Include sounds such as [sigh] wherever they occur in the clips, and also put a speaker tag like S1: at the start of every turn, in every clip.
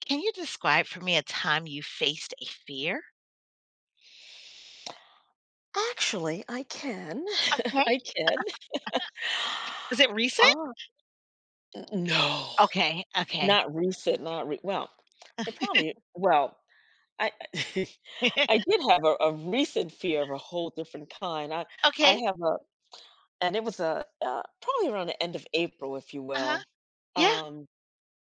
S1: Can you describe for me a time you faced a fear?
S2: Actually, I can. [laughs]
S1: Okay.
S2: I can.
S1: Is it recent?
S2: Ah, n no,
S1: Okay, okay.
S2: not recent, not re well, it probably well, I [laughs] I
S1: [laughs]
S2: did have a recent fear of a whole different kind. I
S1: Okay,
S2: have a and it was a, probably around the end of April, if you
S1: uh-huh,
S2: will.
S1: yeah,
S2: Um,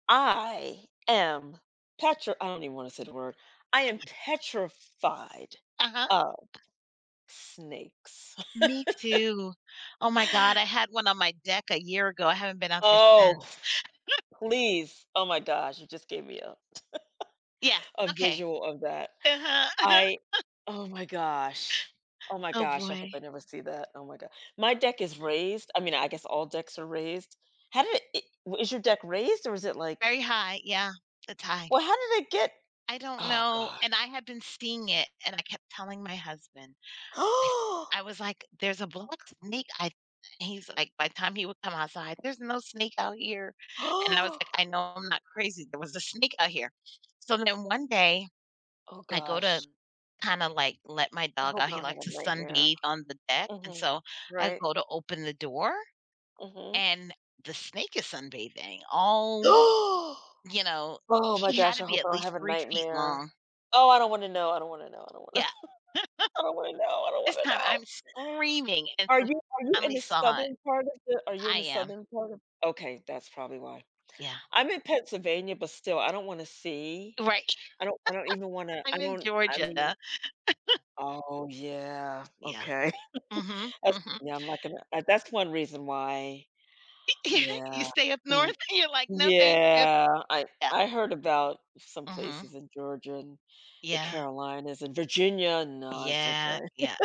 S2: I am petr I don't even wanna say the word. I am petrified
S1: uh-huh.
S2: of snakes. [laughs]
S1: Me too. Oh my god, I had one on my deck a year ago, I haven't been out there
S2: Oh.
S1: since.
S2: Please. Oh my gosh, you just gave me
S1: Yeah,
S2: a
S1: okay.
S2: visual of that.
S1: Uh-huh, uh-huh.
S2: I oh my gosh. Oh my
S1: Oh
S2: gosh, I hope
S1: boy.
S2: I never see that. Oh my god. My deck is raised. I mean, I guess all decks are raised. How did it I is your deck raised or is it like
S1: Very high, yeah, it's high.
S2: well, how did it get?
S1: I don't
S2: Oh
S1: know,
S2: gosh.
S1: and I had been seeing it, and I kept telling my husband, I I was
S2: [gasps]
S1: like, "There's a black snake," I he's like, by the time he would come outside, "There's no snake out here," and I was
S2: Oh,
S1: like, "I
S2: oh.
S1: know I'm not crazy, there was a snake out here." So then one day, I go to,
S2: Gosh.
S1: kinda, like, let my
S2: I
S1: dog
S2: hope
S1: out,
S2: I
S1: he
S2: don't
S1: likes
S2: have a
S1: to
S2: nightmare.
S1: sunbathe on the deck, and
S2: Mhm.
S1: so I
S2: Right?
S1: go to open the door,
S2: Mhm. [gasps]
S1: and the snake is sunbathing all,
S2: Oh.
S1: you know,
S2: Oh my
S1: he had
S2: gosh,
S1: to
S2: I
S1: be
S2: hope
S1: at
S2: I don't
S1: least
S2: have a
S1: 3 feet
S2: nightmare.
S1: long.
S2: Oh, I don't wanna know, I don't wanna know, I don't wanna,
S1: Yeah,
S2: I don't wanna know, I don't
S1: this
S2: wanna
S1: time
S2: know.
S1: I'm screaming, and
S2: Are
S1: so he
S2: you are you in
S1: finally
S2: the
S1: saw it.
S2: southern part of the are you in
S1: I
S2: the
S1: am,
S2: southern part of? Okay, that's probably why.
S1: yeah,
S2: I'm in Pennsylvania, but still, I don't wanna see.
S1: right.
S2: I don't even wanna I
S1: I'm in
S2: don't I mean.
S1: Georgia.
S2: Oh, yeah,
S1: Yeah.
S2: okay. [laughs]
S1: Mhm,
S2: That's
S1: mhm.
S2: yeah, I'm not gonna that's one reason why.
S1: [laughs] You
S2: Yeah.
S1: stay up
S2: Mm,
S1: north? [laughs] You're like, "No, thank you."
S2: yeah,
S1: Yeah.
S2: I heard about some
S1: Mhm.
S2: places in Georgia and the
S1: Yeah.
S2: Carolinas and Virginia. No, it's
S1: Yeah,
S2: okay.
S1: yeah.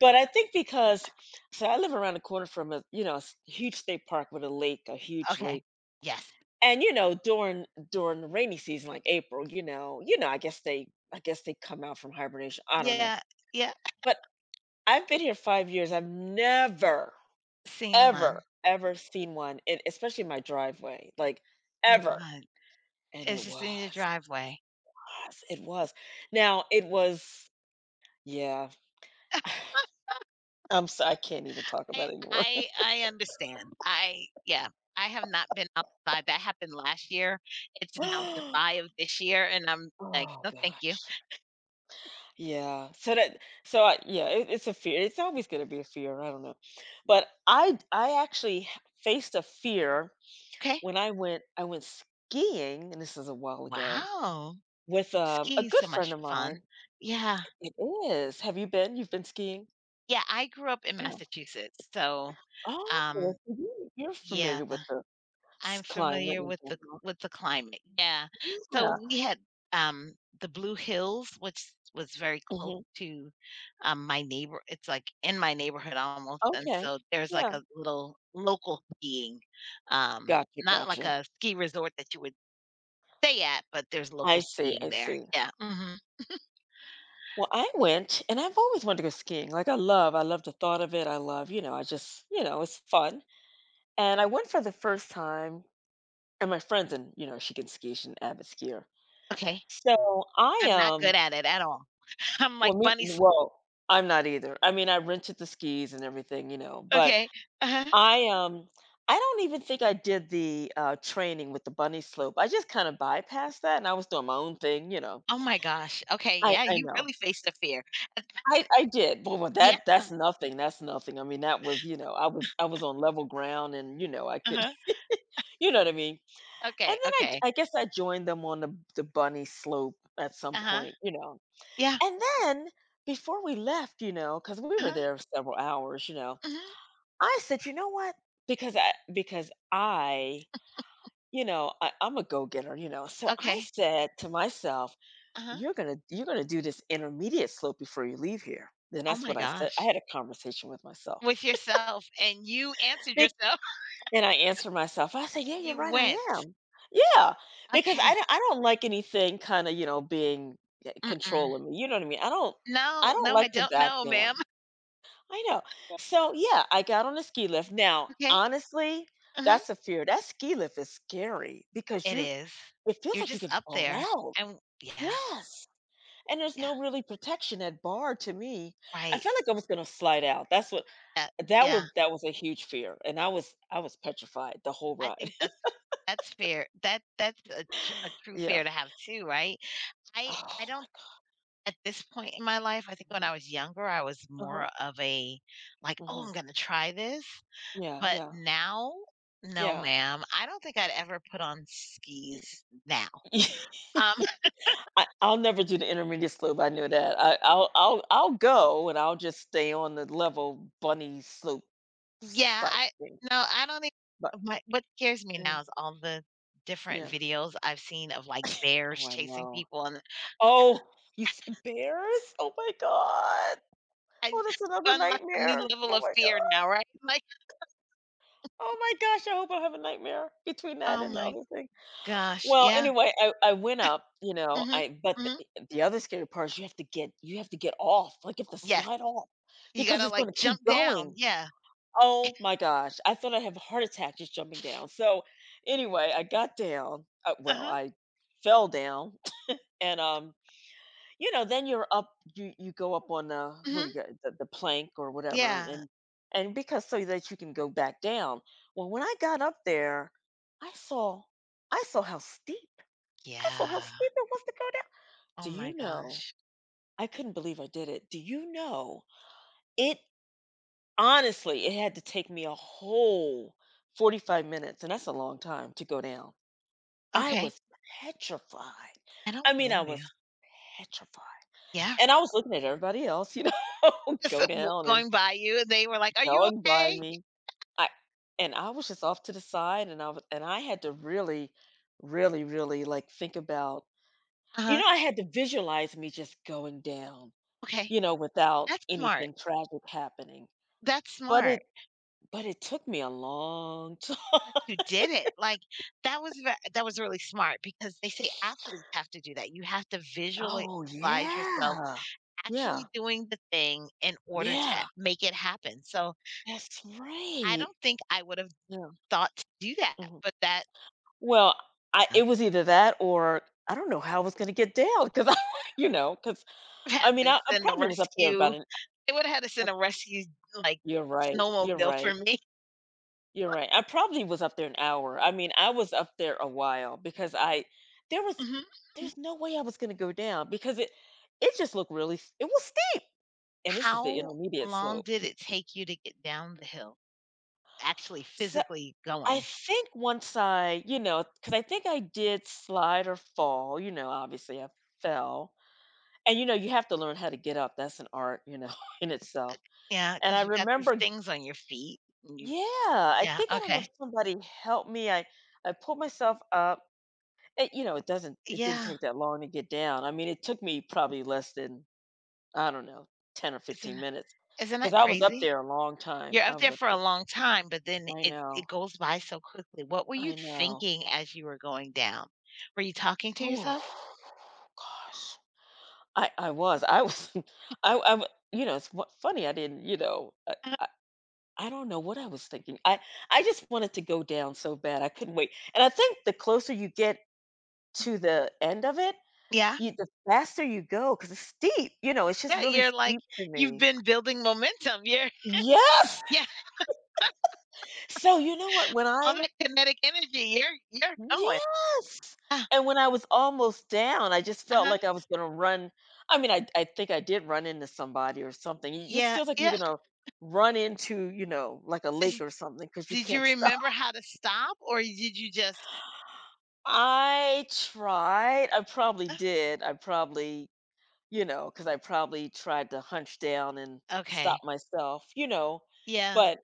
S2: But I think because so I live around the corner from a you know a huge state park with a lake, a huge
S1: Okay.
S2: lake,
S1: Yes.
S2: and you know during the rainy season like April, you know I guess they come out from hibernation. I don't know,
S1: Yeah, yeah.
S2: but I've been here 5 years. I've never
S1: Seen one.
S2: ever ever seen one, in, especially in my driveway, like
S1: With
S2: ever.
S1: God.
S2: And
S1: It's
S2: it
S1: just in the driveway.
S2: was, it was. Now it was, yeah. [sighs] I'm so I can't even talk
S1: I
S2: about it anymore.
S1: I understand. I Yeah. I have not been outside. That happened last year. It's
S2: [gasps]
S1: now
S2: Oh
S1: July of this year, and I'm like, "No,
S2: god.
S1: thank you."
S2: Yeah. So that so I, yeah, it, it's a fear. It's always going to be a fear. I don't know. But I actually faced a fear
S1: Okay.
S2: when I went skiing, and this is a while ago
S1: Wow.
S2: with a
S1: Skiing's
S2: good
S1: so
S2: friend
S1: much
S2: of
S1: fun.
S2: mine.
S1: Yeah.
S2: It is. Have you been? You've been skiing?
S1: Yeah, I grew up in
S2: Yeah.
S1: Massachusetts, so,
S2: Oh, well,
S1: um,
S2: so you- you're
S1: yeah,
S2: familiar with the
S1: I'm
S2: climate
S1: familiar
S2: and
S1: with the
S2: general.
S1: with the climate, yeah. So,
S2: Yeah.
S1: we had, um, the Blue Hills, which was very close
S2: Hmm.
S1: to, my neighbor it's, like, in my neighborhood almost, and
S2: Okay.
S1: so there's, like,
S2: Yeah.
S1: a little local skiing, um,
S2: Gotcha,
S1: not like
S2: gotcha.
S1: a ski resort that you would stay at, but there's
S2: I
S1: local
S2: see,
S1: skiing
S2: I
S1: there,
S2: see.
S1: yeah, mhm,
S2: Well, I went, and I've always wanted to go skiing. Like I love the thought of it. I love, you know, I just, you know, it's fun. And I went for the first time, and my friends and, you know, she can ski, she's an avid skier.
S1: okay.
S2: So I
S1: I'm not good at it at all. [laughs] I'm
S2: well
S1: like
S2: me
S1: bunny sl—
S2: well, I'm not either. I mean, I rented the skis and everything, you know, but
S1: okay. [laughs]
S2: I um I don't even think I did the training with the bunny slope. I just kind of bypassed that and I was doing my own thing, you know.
S1: Oh my gosh. Okay, yeah,
S2: I
S1: you
S2: know.
S1: really faced a fear. Uh,
S2: I did. But well,
S1: yeah,
S2: that's nothing, that's nothing. I mean, that was, you know, I was on level ground and, you know, I could
S1: uh-huh.
S2: [laughs] you know what I mean? And then
S1: Okay, okay.
S2: I guess I joined them on the bunny slope at some
S1: Uh-huh.
S2: point, you know.
S1: Yeah.
S2: And then before we left, you know, because we were
S1: Uh-huh.
S2: there several hours, you know,
S1: Mhm.
S2: I said, you know what? Because I, you know, I, I'm a go-getter, you know. So I
S1: Okay.
S2: said to myself,
S1: Uh-huh.
S2: you're gonna do this intermediate slope before you leave here. Then
S1: Oh
S2: that's
S1: my
S2: what I said. I
S1: gosh.
S2: had a conversation with myself.
S1: With yourself, and you answered
S2: Be-
S1: yourself, [laughs]
S2: And I answered myself. I said, yeah,
S1: and
S2: you're
S1: you
S2: right, I
S1: went.
S2: am. Yeah, because
S1: Okay.
S2: I don't like anything kind of, you know, being
S1: Mm-mm.
S2: controlling me. You know what I mean? I
S1: No,
S2: don't
S1: no, I
S2: like to
S1: don't
S2: back
S1: know, ma'am.
S2: down. I know.
S1: [laughs]
S2: So yeah, I got on the ski lift. Now,
S1: Okay.
S2: honestly,
S1: Uh huh.
S2: that's a fear. That ski lift is scary because
S1: It
S2: you
S1: is.
S2: it feels
S1: You're
S2: like you
S1: just
S2: could
S1: up
S2: fall
S1: there,
S2: out.
S1: and yeah,
S2: Yes. And there's
S1: yeah,
S2: no really protection at bar to me. I
S1: right.
S2: felt like I was gonna slide out. That's what
S1: That yeah,
S2: that was a huge fear, and I was petrified the whole
S1: I
S2: ride.
S1: think that's
S2: [laughs]
S1: that's fair. That's a tr a true
S2: Yeah.
S1: fear to have too, right? I
S2: Oh my
S1: don't. At this point in my life, I think when I
S2: god.
S1: was younger, I was
S2: Uh-huh.
S1: more of a, like, "Oh, I'm
S2: Mhm.
S1: gonna try this,"
S2: Yeah,
S1: but
S2: yeah.
S1: now, no,
S2: Yeah.
S1: ma'am. I don't think I'd ever put on skis now.
S2: [laughs]
S1: Um, [laughs]
S2: I, I'll never do the intermediate slope. I knew that. I'll go and I'll just stay on the level bunny slope
S1: yeah,
S2: type
S1: I
S2: thing.
S1: no, I don't think
S2: But
S1: my, what scares me
S2: mm,
S1: now is all the different
S2: yeah.
S1: videos I've seen of, like, bears
S2: Oh, I
S1: chasing
S2: know.
S1: people, and
S2: Oh, you said bears? Oh my god.
S1: I
S2: Oh, that's another
S1: unlocked a new
S2: nightmare.
S1: level
S2: Oh
S1: of
S2: my
S1: fear
S2: god.
S1: now, right? Like,
S2: Oh my gosh, I hope I have a nightmare between that
S1: oh
S2: and the
S1: my
S2: other thing.
S1: gosh,
S2: Well,
S1: yeah,
S2: anyway, I went up, you know,
S1: mhm,
S2: I but
S1: mhm.
S2: the other scary part is you have to get off. Like you have to
S1: Yes,
S2: slide off
S1: you
S2: because
S1: gotta,
S2: it's gonna
S1: like,
S2: keep
S1: jump down,
S2: going.
S1: yeah,
S2: Oh my gosh. I thought I'd have a heart attack just jumping down. So anyway, I got down. Well,
S1: uh-huh,
S2: I fell down [laughs] and you know, then you're up, you go up on the what
S1: mhm.
S2: do you got the plank or whatever,
S1: Yeah.
S2: and because so that you can go back down. Well, when I got up there, I saw I saw how steep I saw how
S1: Yeah.
S2: steep it was to go down.
S1: Oh
S2: Do
S1: my
S2: you know?
S1: gosh.
S2: I couldn't believe I did it. Do you know? It honestly, it had to take me a whole 45 minutes, and that's a long time to go down. I
S1: Okay.
S2: was petrified.
S1: I
S2: I
S1: don't
S2: mean, I
S1: blame you.
S2: was petrified.
S1: Yeah.
S2: And I was looking at everybody else, you know,
S1: [laughs]
S2: [laughs]
S1: Just
S2: go
S1: w
S2: down and
S1: going by you, and they were like, "Are you
S2: going by
S1: okay?"
S2: me. I and I was just off to the side, and I was and I had to really, really, really like think about, you
S1: Uh-huh.
S2: know, I had to visualize me just going down,
S1: Okay.
S2: you know, without
S1: That's smart.
S2: anything tragic happening.
S1: That's
S2: But it
S1: smart
S2: but it took me a long time. [laughs]
S1: that you did it. Like, that was ve that was really smart because they say athletes have to do that. You have to visualize
S2: Oh
S1: yourself
S2: yeah. Yeah.
S1: actually doing the thing in order to
S2: Yeah.
S1: make it happen. So,
S2: That's
S1: I
S2: right.
S1: don't think I would have
S2: Yeah.
S1: thought to do that,
S2: Mhm.
S1: but that—
S2: Well, I it was either that or I don't know how I was gonna get down 'cause I [laughs] you know, because
S1: [laughs]
S2: I
S1: Had
S2: mean,
S1: to
S2: I
S1: send a
S2: probably was up there about
S1: rescue.
S2: an
S1: They would have had to
S2: hou
S1: send a rescue, like,
S2: you're right, you're
S1: snowmobile for
S2: right,
S1: me.
S2: you're right. I probably was up there an hour. I mean, I was up there a while because I there was
S1: Mhm, mhm.
S2: there's no way I was gonna go down because it just looked really s it was steep, and this is the
S1: How
S2: intermediate
S1: long
S2: slope.
S1: did it take you to get down the hill? Actually
S2: So,
S1: physically
S2: I
S1: going?
S2: think once I you know, because I think I did slide or fall, you know, obviously I fell. And, you know, you have to learn how to get up, that's an art, you know, [laughs] in itself.
S1: Yeah,
S2: And I
S1: because you got these
S2: remember
S1: things on your feet and you
S2: yeah,
S1: yeah,
S2: I don't know if
S1: okay.
S2: somebody helped me, I pulled myself up, and, you know, it didn't
S1: Yeah,
S2: take that long to get down, I mean, it took me probably less than, I don't know, 10 or
S1: isn't
S2: 15
S1: is
S2: minutes,
S1: isn't
S2: because
S1: that
S2: I was up
S1: crazy?
S2: there a long time,
S1: You're
S2: I
S1: up there
S2: was up
S1: for a
S2: there
S1: long time, but then
S2: I
S1: it
S2: know,
S1: goes by so quickly. What were
S2: I
S1: you
S2: know.
S1: thinking as you were going down? Were you talking to
S2: Oh
S1: yourself?
S2: gosh. I was [laughs] I w you know, it's fu funny I didn't, you know,
S1: Uh,
S2: I don't know what I was thinking. I just wanted to go down so bad. I couldn't wait. And I think the closer you get to the end of it,
S1: yeah?
S2: you the faster you go because it's steep. You know, it's just
S1: Yeah,
S2: really
S1: you're like
S2: steep to
S1: you've
S2: me.
S1: been building momentum. You're—
S2: Yes.
S1: [laughs] yeah,
S2: So you know what? When I
S1: all that kinetic energy. You're going.
S2: yes,
S1: Uh,
S2: and when I was almost down, I just felt
S1: huh.
S2: like I was going to run. I mean, I think I did run into somebody or something. It just
S1: Yeah,
S2: feels like
S1: yeah.
S2: you're going to run into you know like a lake
S1: Is-
S2: or something because you
S1: Did you
S2: can't stop.
S1: remember how to stop or did you just—
S2: I tried. I probably
S1: [gasps] "Uh,
S2: did. I probably, you know, because I probably tried to hunch down and
S1: okay.
S2: stop myself, you know.
S1: Yeah.
S2: But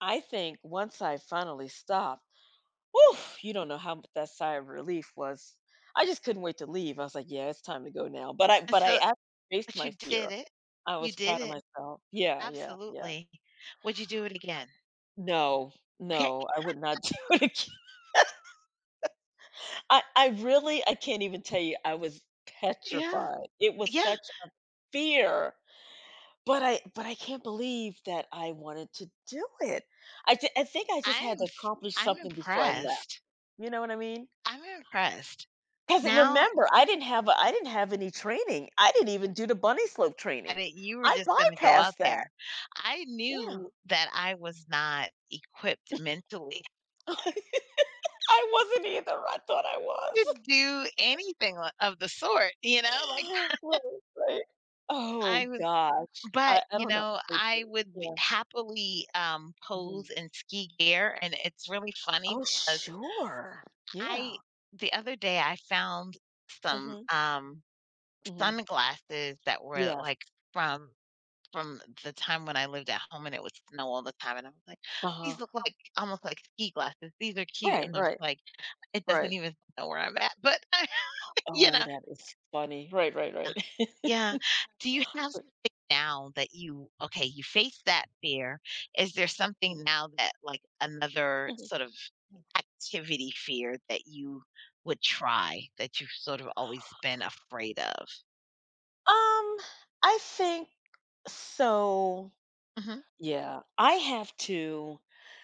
S2: I think once I finally stopped, oof, you don't know how much that sigh of relief was. I just couldn't wait to leave. I was like, yeah, it's time to go now.
S1: And
S2: But I
S1: so
S2: actually faced
S1: But you
S2: my
S1: did
S2: fear.
S1: it.
S2: I
S1: You
S2: was
S1: did
S2: proud of
S1: it.
S2: myself. Yeah, yeah, yeah.
S1: Absolutely. Would you do it again?
S2: No,
S1: Okay.
S2: no, I would not [laughs] do it again. I really, I can't even tell you. I was
S1: Yeah.
S2: petrified. It was
S1: Yeah.
S2: such fear. But I can't believe that I wanted to do it. I think I just had to
S1: I'm
S2: accomplish
S1: I'm
S2: something before I left.
S1: impressed.
S2: You know what I mean?
S1: I'm impressed.
S2: Because
S1: Now
S2: remember, I didn't have any training. I didn't even do the bunny slope training.
S1: decided you were
S2: I
S1: just gonna go out
S2: bypassed that.
S1: there. I
S2: Yeah,
S1: knew that I was not equipped mentally
S2: [laughs] I wasn't either. I thought I was.
S1: to do anything o of the sort,
S2: [gasps]
S1: like,
S2: [laughs] right, right.
S1: I
S2: Oh
S1: would
S2: gosh,
S1: but,
S2: I
S1: you
S2: don't know
S1: know,
S2: how they do
S1: I
S2: it.
S1: would b
S2: Yeah.
S1: happily,
S2: Mhm.
S1: pose in ski gear, and it's really funny
S2: Oh
S1: because
S2: sure. Yeah.
S1: I the other day, I found some,
S2: Hmm. Hmm.
S1: sunglasses that were,
S2: Yes.
S1: like, from From the time when I lived at home and it would snow all the time, and I was like,
S2: Uh huh.
S1: "These look like almost like ski glasses. These are cute."
S2: Right,
S1: And I was
S2: right,
S1: like, "It
S2: right.
S1: doesn't even know where I'm at." But, [laughs] you
S2: Oh,
S1: know
S2: that is funny. Right, right, right.
S1: yeah. Do you have
S2: [laughs]
S1: something now that you okay, you face that fear. Is there something now that, like, another
S2: Mhm.
S1: sort of activity fear that you would try that you've sort of always been afraid of?
S2: Um, I think so.
S1: Mhm.
S2: Yeah, I have to.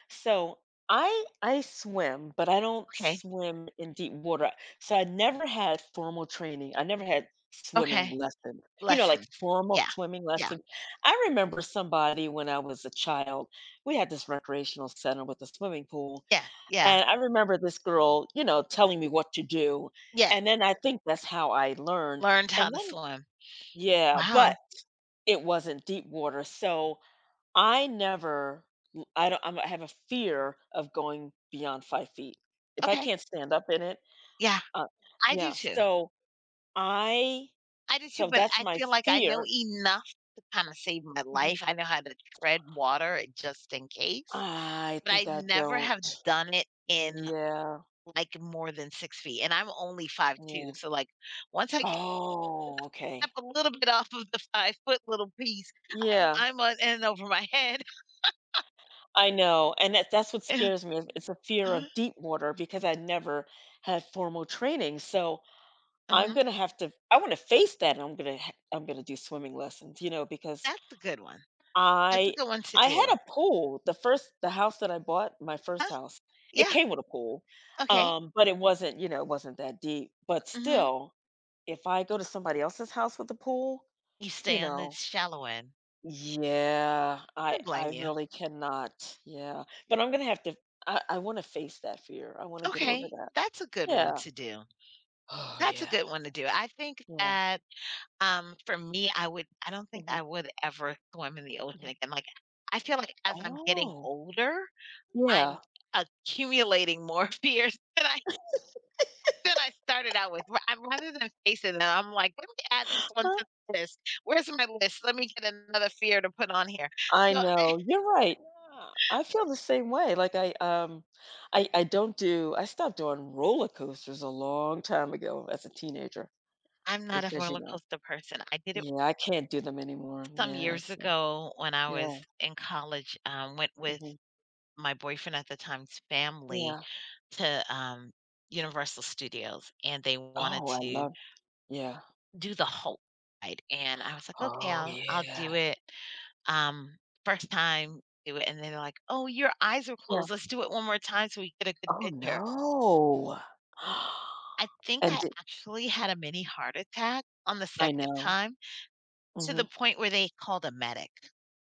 S2: So I swim, but I don't
S1: Okay.
S2: swim in deep water. So I never had formal training. I never had swimming
S1: Okay.
S2: lessons. You know, like
S1: Lessons.
S2: formal
S1: Yeah.
S2: swimming
S1: Yeah.
S2: lessons. I remember somebody when I was a child. We had this recreational center with a swimming pool,
S1: Yeah. Yeah. Yeah.
S2: and I remember this girl, you know, telling me what to do,
S1: Yes.
S2: and then I think that's how I learned,
S1: Learned how
S2: and
S1: to
S2: then
S1: swim.
S2: yeah,
S1: Wow,
S2: but it wasn't deep water, so I never l I don't I'm I have a fear of going beyond 5 feet. If I
S1: okay.
S2: can't stand up in it,
S1: Yeah,
S2: uh
S1: I do
S2: yeah,
S1: too.
S2: so I
S1: I do too,
S2: so
S1: but
S2: that's
S1: I
S2: my
S1: feel like I know
S2: fear.
S1: enough to kinda save my
S2: Mhm.
S1: life. I know how to tread water just in case,
S2: I
S1: but
S2: think
S1: I
S2: I
S1: never have
S2: don't.
S1: done it in,
S2: Yeah,
S1: like, more than 6 feet, and I'm only 5'2".
S2: yeah.
S1: So, like, once I get
S2: Oh, okay.
S1: step a little bit off of the 5-foot little piece, I'm
S2: Yeah.
S1: I'm on and over my head. [laughs]
S2: I know, and that that's what
S1: Yeah,
S2: scares me. Is it's a fear
S1: uh-huh,
S2: of deep water because I never had formal training. So I'm
S1: mhm.
S2: gonna have to. I want to face that, and I'm gonna. I'm gonna do swimming lessons, you know, because
S1: That's a good one. That's a
S2: I
S1: good one to
S2: I had
S1: do.
S2: a pool. The house that I bought, my first
S1: Huh?
S2: house, it
S1: Yeah,
S2: came with a pool,
S1: okay.
S2: but it wasn't. You know, it wasn't that deep. But
S1: Mhm.
S2: still, if I go to somebody else's house with a pool,
S1: You
S2: you
S1: stay on the
S2: know,
S1: shallow end.
S2: yeah,
S1: Don't
S2: I
S1: blame you.
S2: really cannot. Yeah. But I'm gonna have to, I wanna face that fear. I wanna get over
S1: Okay,
S2: that.
S1: that's a good one
S2: Yeah.
S1: to do.
S2: Oh
S1: That's a
S2: yeah.
S1: good one to do. I think
S2: Yeah.
S1: that, for me, I would. I don't think
S2: Hmm.
S1: I would ever swim in the ocean
S2: Hmm.
S1: again. Like, I feel like as I'm getting
S2: Oh,
S1: older, I'm
S2: yeah.
S1: accumulating more [laughs] fears than I started out with. I'm, rather than facing them, I'm like, let me add this one
S2: Huh?
S1: to the list. Where's my list? Let me get another fear to put on here.
S2: I
S1: So, I,
S2: know. You're right. I feel the same way. Like I don't do I stopped doing roller coasters a long time ago as a teenager
S1: I'm not a
S2: because you
S1: roller
S2: know,
S1: coaster person. I did it
S2: yeah, I can't do them anymore.
S1: some
S2: Yeah.
S1: years
S2: So,
S1: ago when I was
S2: yeah.
S1: in college, went with
S2: Hmm.
S1: my boyfriend at the time's family
S2: Yeah.
S1: to, Universal Studios, and they wanted
S2: Oh, I
S1: to
S2: love. Yeah.
S1: do the Hulk ride, and I was like, "Okay,
S2: Oh,
S1: I'll
S2: yeah.
S1: do it." Um, first time, do it, and they're like, "Oh, your eyes are
S2: Yeah.
S1: closed. Let's do it one more time so we get a good
S2: Oh,
S1: picture."
S2: no.
S1: I
S2: [gasps]
S1: think
S2: And
S1: I
S2: did
S1: actually had a mini heart attack on the
S2: I
S1: second
S2: know.
S1: time to
S2: Mhm.
S1: the point where they called a medic.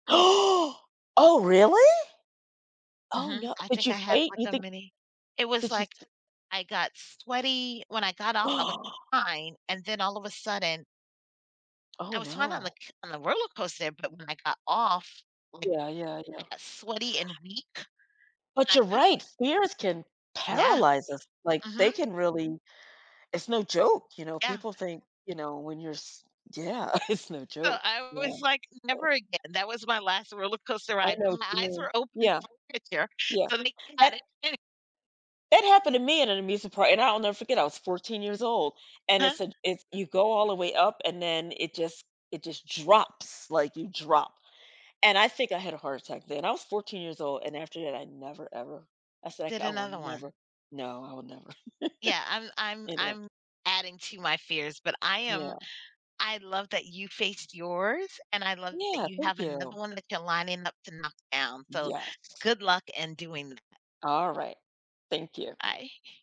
S2: [gasps] Oh, really? Oh,
S1: Mhm,
S2: no.
S1: I
S2: Did
S1: think
S2: you
S1: I had,
S2: faint?
S1: like,
S2: You
S1: a
S2: think
S1: mini it was
S2: did you
S1: like
S2: f
S1: I got sweaty. When I got off, I was
S2: [gasps]
S1: fine, and then all of a sudden,
S2: Oh,
S1: I was fine on the
S2: no.
S1: c on the roller coaster, but when I got off, like,
S2: Yeah, yeah,
S1: I
S2: yeah.
S1: got sweaty and weak, and
S2: But
S1: I
S2: you're
S1: could
S2: right, fears can
S1: yeah,
S2: paralyze us. Like,
S1: mhm,
S2: they can really, it's no joke, you know,
S1: yeah.
S2: people think, you know, when you're s yeah, [laughs] it's no
S1: So
S2: joke.
S1: I
S2: Yeah,
S1: was like,
S2: so
S1: "Never again." That was my last roller coaster
S2: I
S1: ride,
S2: know
S1: but
S2: what you
S1: my eyes
S2: mean.
S1: were open
S2: Yeah,
S1: for the picture,
S2: yeah.
S1: so they
S2: That
S1: got it.
S2: That happened to me at an amusement park, and I'll never forget, I was 14 years old, and
S1: [laughs] Huh?
S2: it's a it's you go all the way up, and then it just drops, like, you drop, and I think I had a heart attack then. I was 14 years old, and after that, I never ever I said,
S1: Did
S2: I will
S1: another one.
S2: never, no, I will never." [laughs]
S1: Yeah, I'm I'm
S2: Anyway,
S1: I'm adding to my fears, but
S2: yeah.
S1: I love that you faced yours, and I love that
S2: Yeah,
S1: you
S2: thank
S1: have another
S2: you.
S1: one that you're lining up to knock down, so
S2: Yes.
S1: good luck in doing
S2: All right. Thank you.
S1: that.